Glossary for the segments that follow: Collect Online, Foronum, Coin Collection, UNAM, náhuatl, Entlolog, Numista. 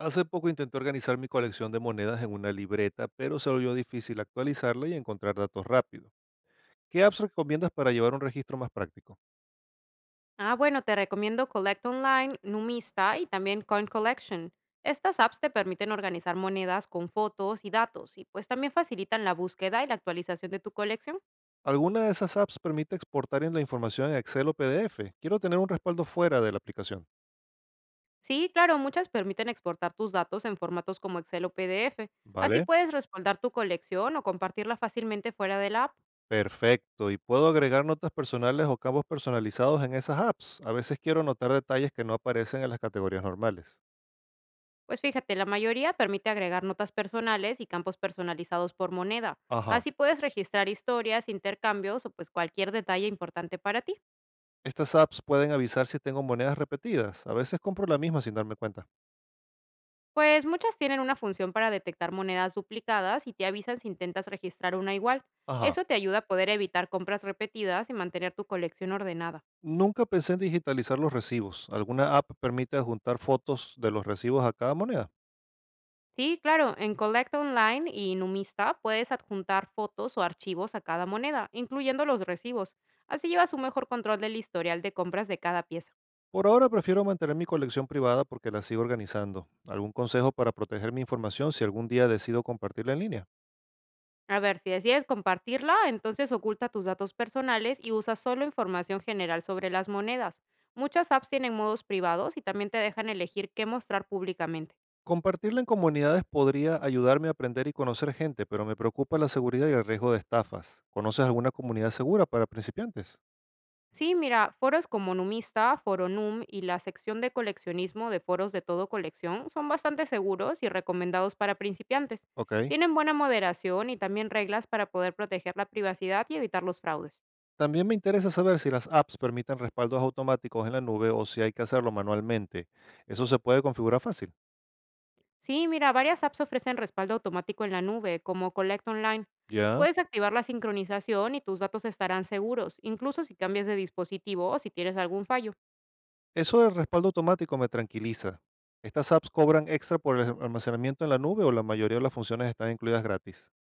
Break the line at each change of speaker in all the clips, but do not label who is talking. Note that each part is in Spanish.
Hace poco intenté organizar mi colección de monedas en una libreta, pero se volvió difícil actualizarla y encontrar datos rápido. ¿Qué apps recomiendas para llevar un registro más práctico?
Ah, bueno, te recomiendo Collect Online, Numista y también Coin Collection. Estas apps te permiten organizar monedas con fotos y datos y pues también facilitan la búsqueda y la actualización de tu colección.
¿Alguna de esas apps permite exportar en la información en Excel o PDF? Quiero tener un respaldo fuera de la aplicación.
Sí, claro, muchas permiten exportar tus datos en formatos como Excel o PDF. Así
¿Vale?
puedes respaldar tu colección o compartirla fácilmente fuera de la app.
Perfecto. ¿Y puedo agregar notas personales o campos personalizados en esas apps? A veces quiero anotar detalles que no aparecen en las categorías normales.
Pues fíjate, la mayoría permite agregar notas personales y campos personalizados por moneda.
Ajá.
Así puedes registrar historias, intercambios o pues cualquier detalle importante para ti.
Estas apps pueden avisar si tengo monedas repetidas. A veces compro la misma sin darme cuenta.
Pues muchas tienen una función para detectar monedas duplicadas y te avisan si intentas registrar una igual.
Ajá.
Eso te ayuda a poder evitar compras repetidas y mantener tu colección ordenada.
Nunca pensé en digitalizar los recibos. ¿Alguna app permite adjuntar fotos de los recibos a cada moneda?
Sí, claro, en Collect Online y Numista puedes adjuntar fotos o archivos a cada moneda, incluyendo los recibos. Así llevas un mejor control del historial de compras de cada pieza.
Por ahora prefiero mantener mi colección privada porque la sigo organizando. ¿Algún consejo para proteger mi información si algún día decido compartirla en línea?
A ver, si decides compartirla, entonces oculta tus datos personales y usa solo información general sobre las monedas. Muchas apps tienen modos privados y también te dejan elegir qué mostrar públicamente.
Compartirla en comunidades podría ayudarme a aprender y conocer gente, pero me preocupa la seguridad y el riesgo de estafas. ¿Conoces alguna comunidad segura para principiantes?
Sí, mira, foros como Numista, Foronum y la sección de coleccionismo de foros de todo colección son bastante seguros y recomendados para principiantes.
Ok.
Tienen buena moderación y también reglas para poder proteger la privacidad y evitar los fraudes.
También me interesa saber si las apps permiten respaldos automáticos en la nube o si hay que hacerlo manualmente. Eso se puede configurar fácil.
Sí, mira, varias apps ofrecen respaldo automático en la nube, como Collect Online.
Ya.
Puedes activar la sincronización y tus datos estarán seguros, incluso si cambias de dispositivo o si tienes algún fallo.
Eso del respaldo automático me tranquiliza. ¿Estas apps cobran extra por el almacenamiento en la nube o la mayoría de las funciones están incluidas gratis?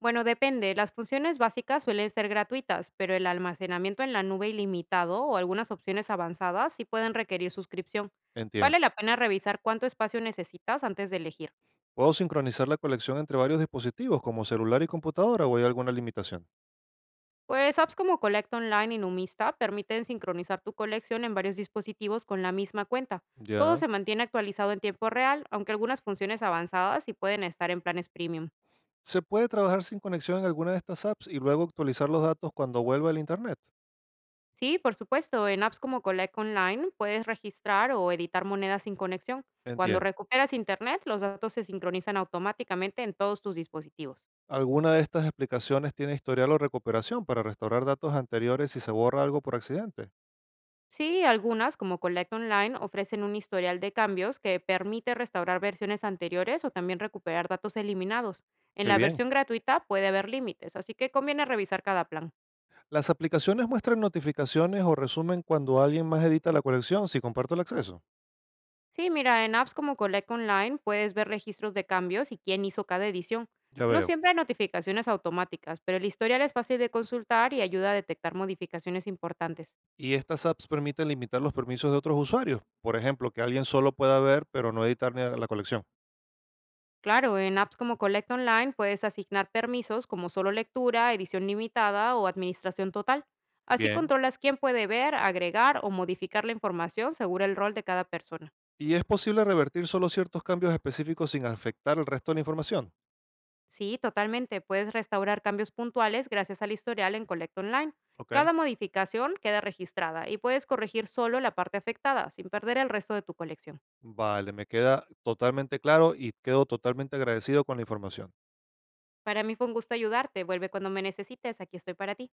Bueno, depende. Las funciones básicas suelen ser gratuitas, pero el almacenamiento en la nube ilimitado o algunas opciones avanzadas sí pueden requerir suscripción.
Entiendo.
Vale la pena revisar cuánto espacio necesitas antes de elegir.
¿Puedo sincronizar la colección entre varios dispositivos como celular y computadora o hay alguna limitación?
Pues apps como Collect Online y Numista permiten sincronizar tu colección en varios dispositivos con la misma cuenta. Todo
Ya.
se mantiene actualizado en tiempo real, aunque algunas funciones avanzadas sí pueden estar en planes premium.
¿Se puede trabajar sin conexión en alguna de estas apps y luego actualizar los datos cuando vuelva el Internet?
Sí, por supuesto, en apps como Collect Online puedes registrar o editar monedas sin conexión. Cuando
Entiendo.
recuperas internet, los datos se sincronizan automáticamente en todos tus dispositivos.
¿Alguna de estas explicaciones tiene historial o recuperación para restaurar datos anteriores si se borra algo por accidente?
Sí, algunas, como Collect Online, ofrecen un historial de cambios que permite restaurar versiones anteriores o también recuperar datos eliminados. En
Qué
la
bien.
versión gratuita puede haber límites, así que conviene revisar cada plan.
Las aplicaciones muestran notificaciones o resumen cuando alguien más edita la colección si comparto el acceso.
Sí, mira, en apps como Collect Online puedes ver registros de cambios y quién hizo cada edición.
Ya
No
veo.
siempre hay notificaciones automáticas, pero el historial es fácil de consultar y ayuda a detectar modificaciones importantes.
Y estas apps permiten limitar los permisos de otros usuarios. Por ejemplo, que alguien solo pueda ver pero no editar ni la colección.
Claro, en apps como Collect Online puedes asignar permisos como solo lectura, edición limitada o administración total. Así
Bien.
controlas quién puede ver, agregar o modificar la información según el rol de cada persona.
Y es posible revertir solo ciertos cambios específicos sin afectar el resto de la información.
Sí, totalmente. Puedes restaurar cambios puntuales gracias al historial en Collect Online.
Ok.
Cada modificación queda registrada y puedes corregir solo la parte afectada sin perder el resto de tu colección.
Vale, me queda totalmente claro y quedo totalmente agradecido con la información.
Para mí fue un gusto ayudarte. Vuelve cuando me necesites. Aquí estoy para ti.